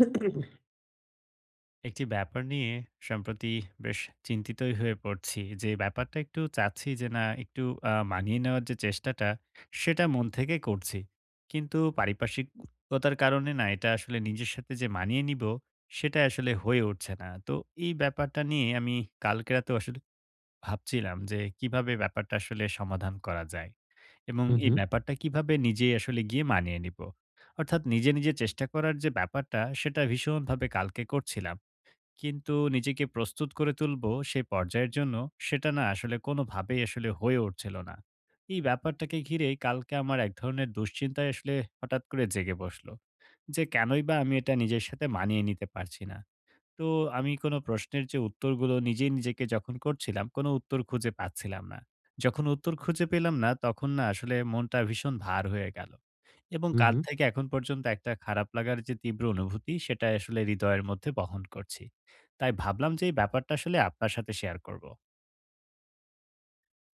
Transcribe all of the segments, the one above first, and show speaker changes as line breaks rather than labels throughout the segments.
হু, হু,
একটি ব্যাপার নিয়ে সম্প্রতি বেশ চিন্তিতই হয়ে পড়ছি, যে ব্যাপারটা একটু চাচ্ছি যে না, একটু মানিয়ে নেওয়ার যে চেষ্টাটা সেটা মন থেকে করছি, কিন্তু পারিপার্শ্বিকতার কারণে না, এটা আসলে নিজের সাথে যে মানিয়ে নিব সেটা আসলে হয়ে উঠছে না। তো এই ব্যাপারটা নিয়ে আমি কালকে রাতে আসলে ভাবছিলাম যে কিভাবে ব্যাপারটা আসলে সমাধান করা যায় এবং এই ব্যাপারটা কিভাবে নিজেই আসলে গিয়ে মানিয়ে নিব। অর্থাৎ নিজে নিজে চেষ্টা করার যে ব্যাপারটা সেটা ভীষণভাবে কালকে করছিলাম, কিন্তু নিজেকে প্রস্তুত করে তুলবো সেই পর্যায়ের জন্য, সেটা না আসলে কোনোভাবেই আসলে হয়ে উঠছিল না। এই ব্যাপারটাকে ঘিরে কালকে আমার এক ধরনের দুশ্চিন্তায় আসলে হঠাৎ করে জেগে বসলো। যে কেনই বা আমি এটা নিজের সাথে মানিয়ে নিতে পারছি না। তো আমি কোনো প্রশ্নের যে উত্তরগুলো নিজেই নিজেকে যখন করছিলাম, কোনো উত্তর খুঁজে পাচ্ছিলাম না। যখন উত্তর খুঁজে পেলাম না, তখন না আসলে মনটা ভীষণ ভার হয়ে গেল। এবং
হু,
কাল
হু।
থেকে এখন পর্যন্ত একটা খারাপ লাগার যে তীব্র অনুভূতি, সেটা আসলে হৃদয়ের মধ্যে বহন করছি। তাই ভাবলাম যে এই ব্যাপারটা আসলে আপনার সাথে শেয়ার করব।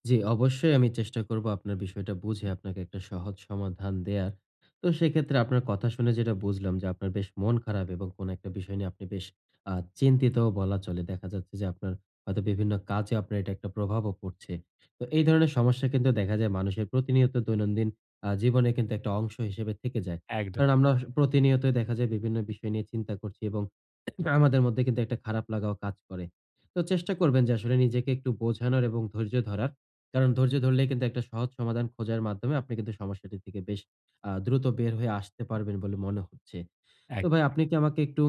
জি, অবশ্যই আমি চেষ্টা করব আপনার বিষয়টা বুঝে আপনাকে একটা সহজ সমাধান দেয়ার। তো সেক্ষেত্রে আপনার কথা শুনে যেটা বুঝলাম যে আপনার বেশ মন খারাপ এবং কোনো একটা বিষয় নিয়ে আপনি বেশ আ চিন্তিতও বলা চলে। দেখা যাচ্ছে যে আপনার হয়তো বিভিন্ন কাজে আপনার এটা একটা প্রভাবও পড়ছে। তো এই ধরনের সমস্যা কিন্তু দেখা যায় মানুষের প্রতিনিয়ত দৈনন্দিন জীবনে কিন্তু একটা অংশ হিসেবে থেকে যায়।
একদম,
কারণ আমরা প্রতিনিয়তই দেখা যায় বিভিন্ন বিষয় নিয়ে চিন্তা করছি, এবং আমাদের মধ্যে কিন্তু একটা খারাপ লাগাও কাজ করে। তো চেষ্টা করবেন যে আসলে নিজেকে একটু বোঝানোর এবং ধৈর্য ধরার। কারণ ধৈর্য ধরলেই কিন্তু একটা সহজ সমাধান খোঁজার মাধ্যমে আপনি কিন্তু সমস্যাটি থেকে বেশ দ্রুত বের হয়ে আসতে পারবেন বলে মনে হচ্ছে। তো
এক
ভাই, আপনি কি আমাকে একটু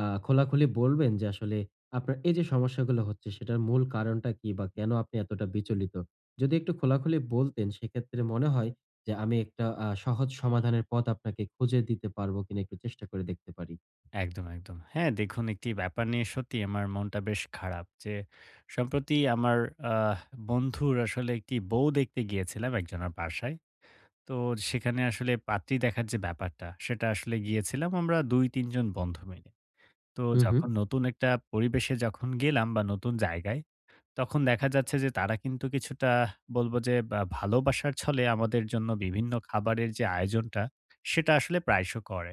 খোলাখুলি বলবেন যে আসলে আপনার এই যে সমস্যাগুলো হচ্ছে সেটার মূল কারণটা কি? বা কেন আপনি এতটা বিচলিত? যদি একটু খোলাখুলি বলতেন, সেক্ষেত্রে মনে হয় যে আমি একটা সহজ সমাধানের পথ আপনাকে খুঁজে দিতে পারবো কিনা একটু চেষ্টা করে দেখতে পারি।
একদম, একদম। হ্যাঁ, দেখুন, একটি ব্যাপার নিয়ে সত্যি আমার মনটা বেশ খারাপ, যে সম্প্রতি আমার আহ বন্ধুর আসলে একটি বউ দেখতে গিয়েছিলাম একজনের বাসায়। তো সেখানে আসলে পাত্রী দেখার যে ব্যাপারটা সেটা আসলে গিয়েছিলাম আমরা ২-৩ জন বন্ধু মিলে। তো
হু, হু,
যখন নতুন একটা পরিবেশে যখন গেলাম বা নতুন জায়গায়, তখন দেখা যাচ্ছে যে তারা কিন্তু কিছুটা, বলব যে, বা ভালোবাসার ছলে আমাদের জন্য বিভিন্ন খাবারের যে আয়োজনটা, সেটা আসলে প্রায়শ করে।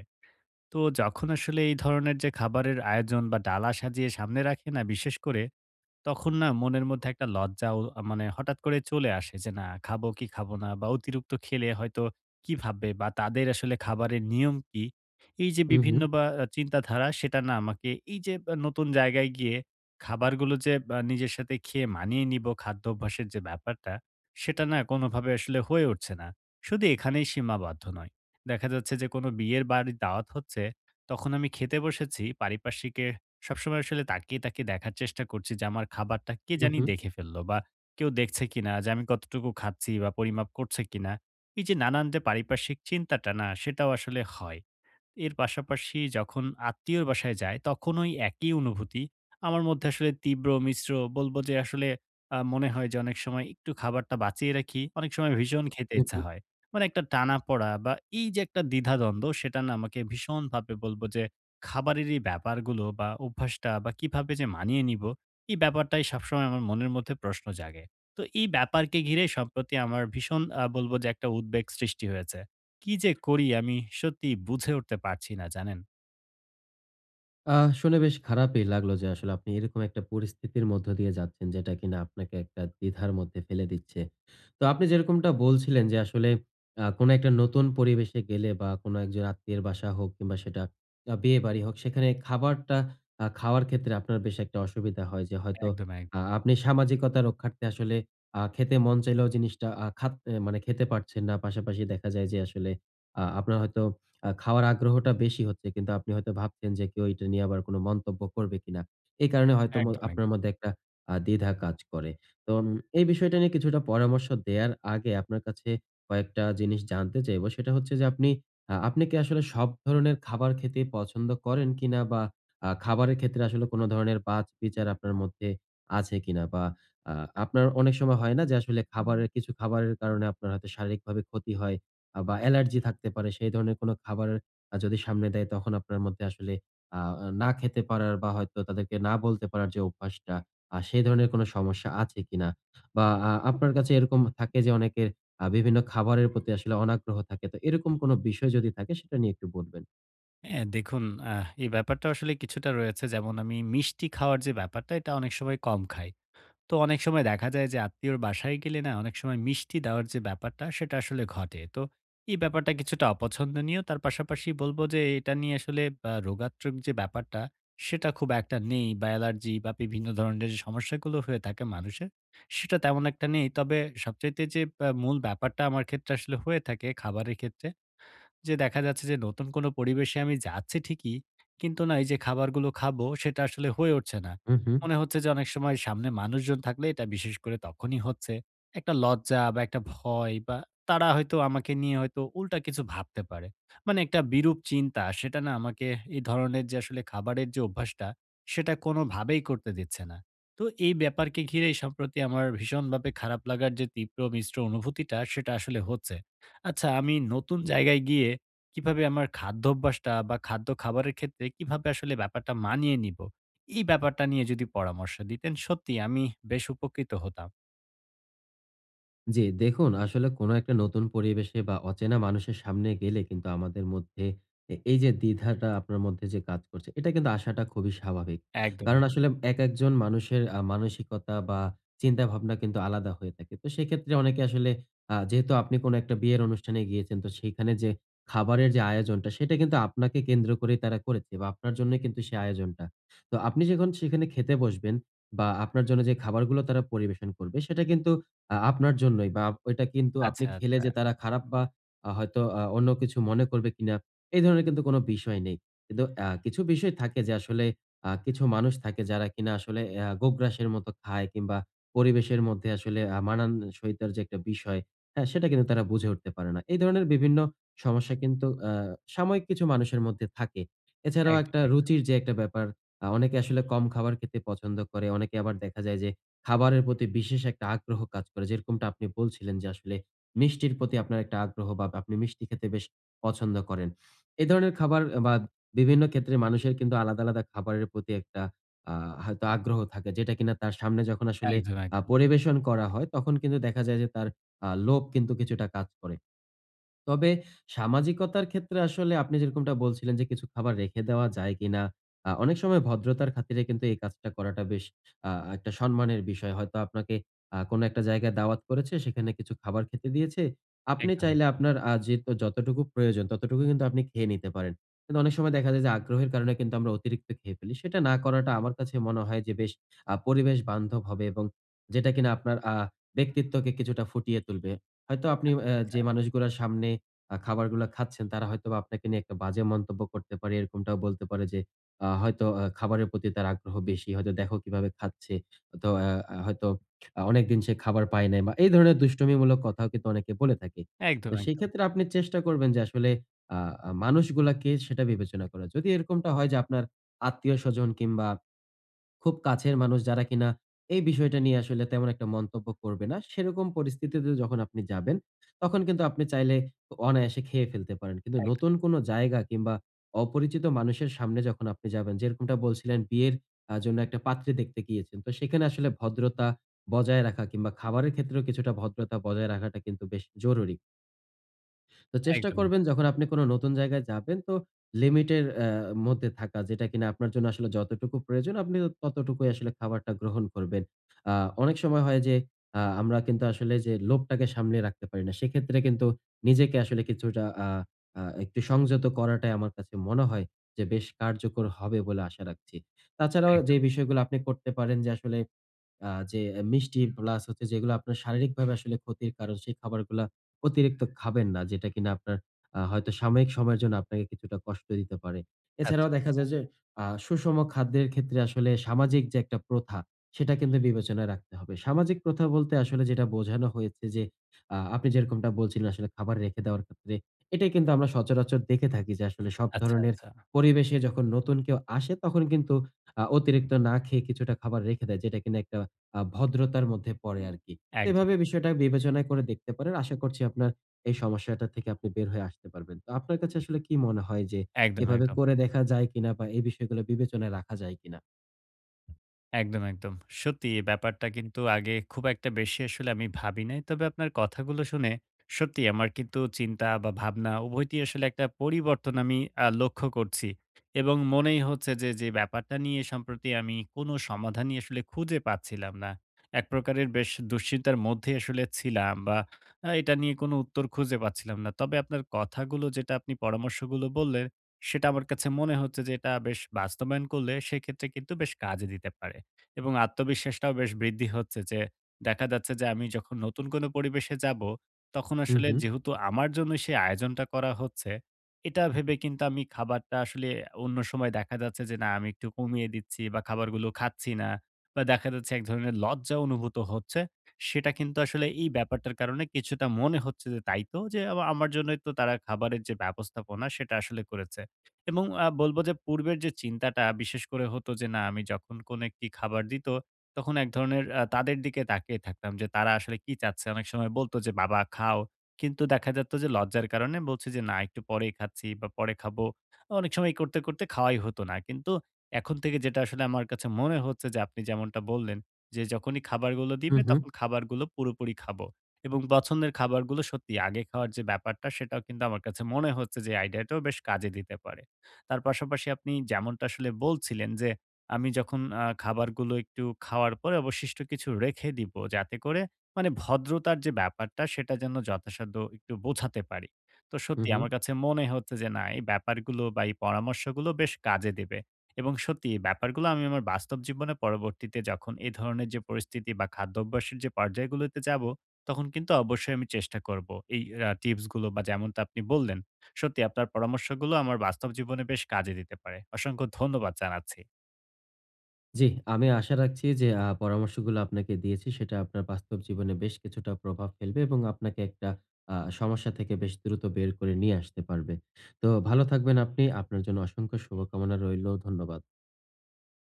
তো যখন আসলে এই ধরনের যে খাবারের আয়োজন বা ডালা সাজিয়ে সামনে রাখে না বিশেষ করে, তখন না মনের মধ্যে একটা লজ্জাও মানে হঠাৎ করে চলে আসে যে, না, খাবো কি খাবো না? বা অতিরিক্ত খেলে হয়তো কি ভাববে? বা তাদের আসলে খাবারের নিয়ম কি? এই যে
হু, হু,
বিভিন্ন বা চিন্তাধারা, সেটা না আমাকে, এই যে নতুন জায়গায় গিয়ে খাবারগুলো যে নিজের সাথে খেয়ে মানিয়ে নিবো খাদ্যাভ্যাসের যে ব্যাপারটা, সেটা না কোনোভাবে আসলে হয়ে উঠছে না। শুধু এখানেই সীমাবদ্ধ নয়। দেখা যাচ্ছে যে কোনো বিয়ের বাড়ির দাওয়াত হচ্ছে, তখন আমি খেতে বসেছি, পারিপার্শ্বিকের সবসময় আসলে তাকিয়ে, তাকিয়ে দেখার চেষ্টা করছি যে আমার খাবারটা কে জানি
হু,
দেখে ফেললো, বা কেউ দেখছে কিনা, যে আমি কতটুকু খাচ্ছি বা পরিমাপ করছে কিনা। এই যে নানান যে পারিপার্শ্বিক চিন্তাটা না, সেটাও আসলে হয়। এর পাশাপাশি যখন আত্মীয়র বাসায় যাই, তখন ওই একই অনুভূতি। আমার মধ্যে আসলে তীব্র মিশ্র, বলব যে আসলে, মনে হয় যে অনেক সময় একটু খাবারটা বাঁচিয়ে রাখি, অনেক সময় ভীষণ খেতে
হু,
ইচ্ছা
হু।
হয়। মানে একটা টানাপোড়া বা এই যে একটা দ্বিধাদ্বন্দ্ব, সেটা না আমাকে ভীষণভাবে, বলব যে, খাবারের এই ব্যাপারগুলো বা অভ্যাসটা বা কিভাবে যে মানিয়ে নিব, এই ব্যাপারটাই সবসময় আমার মনের মধ্যে প্রশ্ন জাগে। তো এই ব্যাপারকে ঘিরে সম্প্রতি আমার ভীষণ বলব যে একটা উদ্বেগ সৃষ্টি হয়েছে। কি যে করি আমি সত্যিই বুঝে উঠতে পারছি না, জানেন?
শুনে বেশ খারাপই লাগলো যে আসলে আপনি এরকম একটা পরিস্থিতির মধ্য দিয়ে যাচ্ছেন, যেটা কিনা আপনাকে একটা দ্বিধার মধ্যে ফেলে দিচ্ছে। তো আপনি যেরকমটা বলছিলেন যে আসলে কোনো একটা নতুন পরিবেশে গেলে বা কোনো একজন আত্মীয়ের বাসা হোক কিংবা সেটা বিয়েবাড়ি হোক, সেখানে খাবারটা খাওয়ার ক্ষেত্রে আপনার বেশ একটা অসুবিধা হয়, যে
একদম,
হয়তো
একদম,
আপনি সামাজিকতা রক্ষার্থে আসলে খেতে মন চাইলেও জিনিসটা মানে খেতে পারছেন না। পাশাপাশি দেখা যায় যে আসলে আপনার হয়তো খাওয়ার আগ্রহটা বেশি হচ্ছে, কিন্তু আপনি হয়তো ভাবছেন যে কেউ এটা নিয়ে আবার কোনো মন্তব্য করবে কিনা। এই কারণে হয়তো
একদম,
আপনার
একদম।
মধ্যে একটা দ্বিধা কাজ করে। তো এই বিষয়টা নিয়ে কিছুটা পরামর্শ দেয়ার আগে আপনার কাছে কয়েকটা জিনিস জানতে চাইবো। সেটা হচ্ছে যে আপনি কি আসলে সব ধরনের খাবার খেতে পছন্দ করেন কিনা? বা খাবারের ক্ষেত্রে আসলে কোনো ধরনের বাছ-বিচার আপনার মধ্যে আছে কিনা? বা আ আপনার অনেক সময় হয় না যে আসলে কিছু খাবারের কারণে আপনার হয়তো শারীরিকভাবে ক্ষতি হয়। বা অ্যালার্জি থাকতে পারে, সেই ধরনের কোনো খাবার যদি সামনে দেয় তখন আপনার মধ্যে আসলে আ না খেতে পারার বা হয়তো তাদেরকে না বলতে পারার যে অভ্যাসটা, সেই ধরনের কোনো সমস্যা আছে কিনা? বা আপনার কাছে এরকম থাকে যে অনেকের বিভিন্ন খাবারের প্রতি আসলে অনাগ্রহ থাকে। তো এরকম কোনো বিষয় যদি থাকে সেটা নিয়ে একটু বলবেন?
হ্যাঁ, দেখুন, এই ব্যাপারটা আসলে কিছুটা রয়েছে, যেমন আমি মিষ্টি খাওয়ার যে ব্যাপারটা, এটা অনেক সময় কম খাই। তো অনেক সময় দেখা যায় যে আত্মীয়র বাসায় গেলে না, অনেক সময় মিষ্টি দেওয়ার যে ব্যাপারটা সেটা আসলে ঘটে। তো এই ব্যাপারটা কিছুটা অপছন্দনীয়। তার পাশাপাশি বলব যে এটা নিয়ে আসলে রোগাত্মক যে ব্যাপারটা, সেটা খুব একটা নেই, বা অ্যালার্জি বা বিভিন্ন ধরনের যে সমস্যাগুলো হয়ে থাকে মানুষের, সেটা তেমন একটা নেই। তবে সবচাইতে যে মূল ব্যাপারটা আমার ক্ষেত্রে আসলে হয়ে থাকে খাবারের ক্ষেত্রে, যে দেখা যাচ্ছে যে নতুন কোনো পরিবেশে আমি যাচ্ছি ঠিকই, কিন্তু না, এই যে খাবারগুলো খাবো, সেটা আসলে হয়ে উঠছে না।
হু, হু।
মনে হচ্ছে যে অনেক সময় সামনে মানুষজন থাকলে এটা বিশেষ করে তখনই হচ্ছে। একটা লজ্জা বা একটা ভয় বা তারা হয়তো আমাকে নিয়ে হয়তো উল্টা কিছু ভাবতে পারে। মানে একটা বিরূপ চিন্তা, সেটা না আমাকে এই ধরনের যে আসলে খাবারের যে অভ্যাসটা, সেটা কোনোভাবেই করতে দিচ্ছে না। তো এই ব্যাপারকে ঘিরেই সম্প্রতি আমার ভীষণভাবে খারাপ লাগার যে তীব্র মিশ্র অনুভূতিটা, সেটা আসলে হচ্ছে। আচ্ছা, আমি নতুন জায়গায় গিয়ে কিভাবে আমার খাদ্যাভ্যাসটা, বা খাদ্য খাবারের ক্ষেত্রে কিভাবে আসলে ব্যাপারটা মানিয়ে নিব? এই ব্যাপারটা নিয়ে যদি পরামর্শ দিতেন, সত্যি আমি বেশ উপকৃত হতাম।
জি, দেখুন আসলে কোনো একটা নতুন পরিবেশে বা অচেনা মানুষের সামনে গেলে কিন্তু আমাদের মধ্যে এই যে দ্বিধাটা আপনার মধ্যে যে কাজ করছে, এটা কিন্তু আসাটা খুবই স্বাভাবিক।
একদম,
কারণ
একদম।
আসলে একেকজন মানুষের মানসিকতা বা চিন্তাভাবনা কিন্তু আলাদা হয়ে থাকে। তো সেক্ষেত্রে অনেকে আসলে, যেহেতু আপনি কোনো একটা বিয়ের অনুষ্ঠানে গিয়েছেন, তো সেইখানে যে খাবারের যে আয়োজনটা, সেটা কিন্তু আপনাকে কেন্দ্র করেই তারা করেছে বা আপনার জন্যই কিন্তু সেই আয়োজনটা। তো আপনি যখন সেখানে খেতে বসবেন বা আপনার জন্য যে খাবারগুলো তারা পরিবেশন করবে, সেটা কিন্তু আপনার জন্যই, বা ওইটা কিন্তু আপনি
আচ্ছা,
খেলে
আচ্ছা।
যে তারা খারাপ বা হয়তো অন্য কিছু মনে করবে কিনা, এই ধরনের কিন্তু কোনো বিষয় নেই। কিন্তু কিছু বিষয় থাকে যে আসলে কিছু মানুষ থাকে যারা কিনা আসলে গোগ্রাসের মতো খায়, কিংবা পরিবেশের মধ্যে আসলে মানানসইতার যে একটা বিষয়, হ্যাঁ? সেটা কিন্তু তারা বুঝে উঠতে পারে না। এই ধরনের বিভিন্ন সমস্যা কিন্তু সাময়িক কিছু মানুষের মধ্যে থাকে। এছাড়াও
একদম,
একটা
একদম,
রুচির যে একটা ব্যাপার, অনেকে আসলে কম খাবার খেতে পছন্দ করে। অনেকে আবার দেখা যায় যে খাবারের প্রতি বিশেষ একটা আগ্রহ কাজ করে। যেরকমটা আপনি বলছিলেন যে আসলে মিষ্টির প্রতি আপনার একটা আগ্রহ, বা আপনি মিষ্টি খেতে বেশ পছন্দ করেন। এ ধরনের খাবার বা বিভিন্ন ক্ষেত্রে মানুষের কিন্তু আলাদা, আলাদা খাবারের প্রতি একটা আ হয়তো আগ্রহ থাকে, যেটা কিনা তার সামনে যখন আসলে
একদম, একদম,
পরিবেশন করা হয় তখন কিন্তু দেখা যায় যে তার লোভ কিন্তু কিছুটা কাজ করে। তবে সামাজিকতার ক্ষেত্রে আসলে আপনি যেরকমটা বলছিলেন যে কিছু খাবার রেখে দেওয়া যায় কিনা, অনেক সময় ভদ্রতার খাতিরে কিন্তু এই কাজটা করাটা বেশ আ একটা সম্মানের বিষয়। হয়তো আপনাকে কোনো একটা জায়গায় দাওয়াত করেছে, সেখানে কিছু খাবার খেতে দিয়েছে। আপনি
একদম।
চাইলে আপনার যে তো যতটুকু প্রয়োজন ততটুকু কিন্তু আপনি খেয়ে নিতে পারেন। কিন্তু অনেক সময় দেখা যায় যে আগ্রহের কারণে কিন্তু আমরা অতিরিক্ত খেয়ে ফেলি। সেটা না করাটা আমার কাছে মনে হয় যে বেশ পরিবেশ বান্ধব হবে, এবং যেটা কিনা আপনার ব্যক্তিত্বকে কিছুটা ফুটিয়ে তুলবে। হয়তো আপনি
আচ্ছা।
যে মানুষগুলার সামনে খাবারগুলা খাচ্ছেন, তারা হয়তোবা আপনাকে নিয়ে একটা বাজে মন্তব্য করতে পারে। এরকমটাও বলতে পারে যে হয়তো খাবারের প্রতি তার আগ্রহ বেশি। হয়তো দেখো কিভাবে খাচ্ছে। তো আ আ হয়তো অনেকদিন সে খাবার পায় নাই, বা এই ধরনের দুষ্টমিমূলক কথাও কিন্তু অনেকে বলে থাকে। তো
একদম,
সেই
একদম,
ক্ষেত্রে আপনি চেষ্টা করবেন যে আসলে আ আ মানুষগুলাকে সেটা বিবেচনা করা। যদি এরকমটা হয় যে আপনার আত্মীয়স্বজন কিংবা খুব কাছের মানুষ, যারা কিনা এই বিষয়টা নিয়ে আসলে তেমন একটা মন্তব্য করবে না, সেরকম পরিস্থিতিতে যখন আপনি যাবেন, তখন কিন্তু আপনি চাইলে অনায়াসে খেয়ে ফেলতে পারেন। কিন্তু
একদম,
নতুন কোনো জায়গা কিংবা অপরিচিত মানুষের সামনে যখন আপনি যাবেন, যেরকমটা বলছিলেন, বিয়ের জন্য একটা পাত্রী দেখতে গিয়েছেন। তো সেখানে আসলে ভদ্রতা বজায় রাখা কিংবা খাবারের ক্ষেত্রেও কিছুটা ভদ্রতা বজায় রাখাটা কিন্তু বেশ জরুরি। তো চেষ্টা
একদম,
করবেন যখন আপনি কোনো নতুন জায়গায় যাবেন, তো লিমিটের মধ্যে থাকা, যেটা কিনা আপনার জন্য আসলে যতটুকু প্রয়োজন আপনি ততটুকুই আসলে খাবারটা গ্রহণ করবেন। আ অনেক সময় হয় যে আমরা কিন্তু আসলে যে লোভটাকে সামলে রাখতে পারি না। সেক্ষেত্রে কিন্তু নিজেকে আসলে কিছুটা আ আ একটু সংযত করাটাই আমার কাছে মনে হয় যে বেশ কার্যকর হবে বলে আশা রাখছি। তাছাড়াও যে
একদম।
বিষয়গুলো আপনি করতে পারেন, যে আসলে যে মিষ্টি প্লাস হচ্ছে যেগুলো আপনার শারীরিকভাবে আসলে ক্ষতির কারণ, সেই খাবারগুলা অতিরিক্ত খাবেন না। যেটা কিনা আপনার হয়তো সাময়িক সময়ের জন্য আপনাকে কিছুটা কষ্ট দিতে পারে। এছাড়াও
আচ্ছা,
দেখা
আচ্ছা,
যায় যে সুষম খাদ্যের ক্ষেত্রে আসলে সামাজিক যে একটা প্রথা, সেটা কিন্তু বিবেচনায় রাখতে হবে। সামাজিক প্রথা বলতে আসলে যেটা বোঝানো হয়েছে, যে আপনি যেরকমটা বলছিলেন আসলে খাবার রেখে দেওয়ার ক্ষেত্রে, এটাই কিন্তু আমরা সচরাচর দেখে থাকি যে আসলে সব
আচ্ছা,
ধরনের
আচ্ছা।
পরিবেশে যখন নতুন কেউ আসে তখন কিন্তু অতিরিক্ত না খেয়ে কিছুটা খাবার রেখে দেয়, যেটা কিনা একটা ভদ্রতার মধ্যে পড়ে আরকি। তো
একদম,
এভাবে
একদম,
বিষয়টা বিবেচনা করে দেখতে পারেন। আশা করছি আপনার এই সমস্যাটা থেকে আপনি বের হয়ে আসতে পারবেন। তো আপনার কাছে আসলে কি মনে হয় যে
একদম,
এভাবে
একদম।
করে দেখা যায় কিনা, বা এই বিষয়গুলো বিবেচনায় রাখা যায় কিনা?
একদম, একদম। সত্যি এই ব্যাপারটা কিন্তু আগে খুব একটা বেশি আসলে আমি ভাবি নাই। তবে আপনার কথাগুলো শুনে সত্যি আমার কিন্তু চিন্তা বা ভাবনা উভয়টি আসলে একটা পরিবর্তন আমি লক্ষ্য করছি। এবং মনেই হচ্ছে যে, যে ব্যাপারটা নিয়ে সম্প্রতি আমি কোনো সমাধানই আসলে খুঁজে পাচ্ছিলাম না, এক প্রকারের বেশ দুশ্চিন্তার মধ্যে আসলে ছিলাম বা এটা নিয়ে কোনো উত্তর খুঁজে পাচ্ছিলাম না। তবে আপনার কথাগুলো, যেটা আপনি পরামর্শগুলো বললেন, সেটা আমার কাছে মনে হচ্ছে যে এটা বেশ বাস্তবায়ন করলে সেক্ষেত্রে কিন্তু বেশ কাজে দিতে পারে। এবং আত্মবিশ্বাসটাও বেশ বৃদ্ধি হচ্ছে যে, দেখা যাচ্ছে যে আমি যখন নতুন কোনো পরিবেশে যাব, তখন
হুম,
আসলে
হুম।
যেহেতু আমার জন্য সেই আয়োজনটা করা হচ্ছে, এটা ভেবে কিন্তু আমি খাবারটা আসলে, অন্য সময় দেখা যাচ্ছে যে না, আমি একটু কমিয়ে দিচ্ছি বা খাবারগুলো খাচ্ছি না, বা দেখা যাচ্ছে এক ধরনের লজ্জা অনুভূত হচ্ছে। সেটা কিন্তু আসলে এই ব্যাপারটার কারণে কিছুটা মনে হচ্ছে যে, তাই তো, যে আমার জন্যই তো তারা খাবারের যে ব্যবস্থাপনা, সেটা আসলে করেছে। এবং বলব যে পূর্বের যে চিন্তাটা বিশেষ করে হতো যে না, আমি যখন কোনো একটি খাবার দিত, তখন এক ধরনের তাদের দিকে তাকিয়ে থাকতাম যে তারা আসলে কি চাচ্ছে? অনেক সময় বলত যে, "বাবা খাও।" কিন্তু দেখা যেত যে লজ্জার কারণে বলছি যে, "না, একটু পরেই খাচ্ছি বা পরে খাবো।" অনেক সময় এই করতে, করতে খাওয়াই হতো না। কিন্তু এখন থেকে যেটা আসলে আমার কাছে মনে হচ্ছে যে আপনি যেমনটা বললেন, যে যখনই খাবারগুলো
হু,
দিবে
হু,
তখন খাবারগুলো পুরোপুরি খাবো। এবং পছন্দের খাবারগুলো সত্যি আগে খাওয়ার যে ব্যাপারটা, সেটাও কিন্তু আমার কাছে মনে হচ্ছে যে আইডিয়াটাও বেশ কাজে দিতে পারে। তার পাশাপাশি আপনি যেমনটা আসলে বলছিলেন যে, আমি যখন খাবারগুলো একটু খাওয়ার পরে অবশিষ্ট কিছু রেখে দিব, যাতে করে মানে ভদ্রতার যে ব্যাপারটা সেটা যেন যথাসাধ্য একটু বোঝাতে পারি। তো
হু,
সত্যি
হু।
আমার কাছে মনে হচ্ছে যে না, এই ব্যাপারগুলো বা এই পরামর্শগুলো বেশ কাজে দেবে। এবং সত্যি এই ব্যাপারগুলো আমি আমার বাস্তব জীবনে পরবর্তীতে যখন এ ধরনের যে পরিস্থিতি বা খাদ্যাভ্যাসের যে পর্যায়গুলোতে যাব, তখন কিন্তু অবশ্যই আমি চেষ্টা করব এই টিপসগুলো, বা যেমনটা আপনি বললেন, সত্যি আপনার পরামর্শগুলো আমার বাস্তব জীবনে বেশ কাজে দিতে পারে। অসংখ্য ধন্যবাদ জানাচ্ছি।
জি, আমি আশা রাখছি যে পরামর্শগুলো আপনাকে দিয়েছি সেটা আপনার বাস্তব জীবনে বেশ কিছুটা প্রভাব ফেলবে, এবং আপনাকে একটা সমস্যা থেকে বেশ দ্রুত বের করে নিয়ে আসতে পারবে। তো ভালো থাকবেন আপনি। আপনার জন্য অসংখ্য শুভকামনা রইলো। ধন্যবাদ।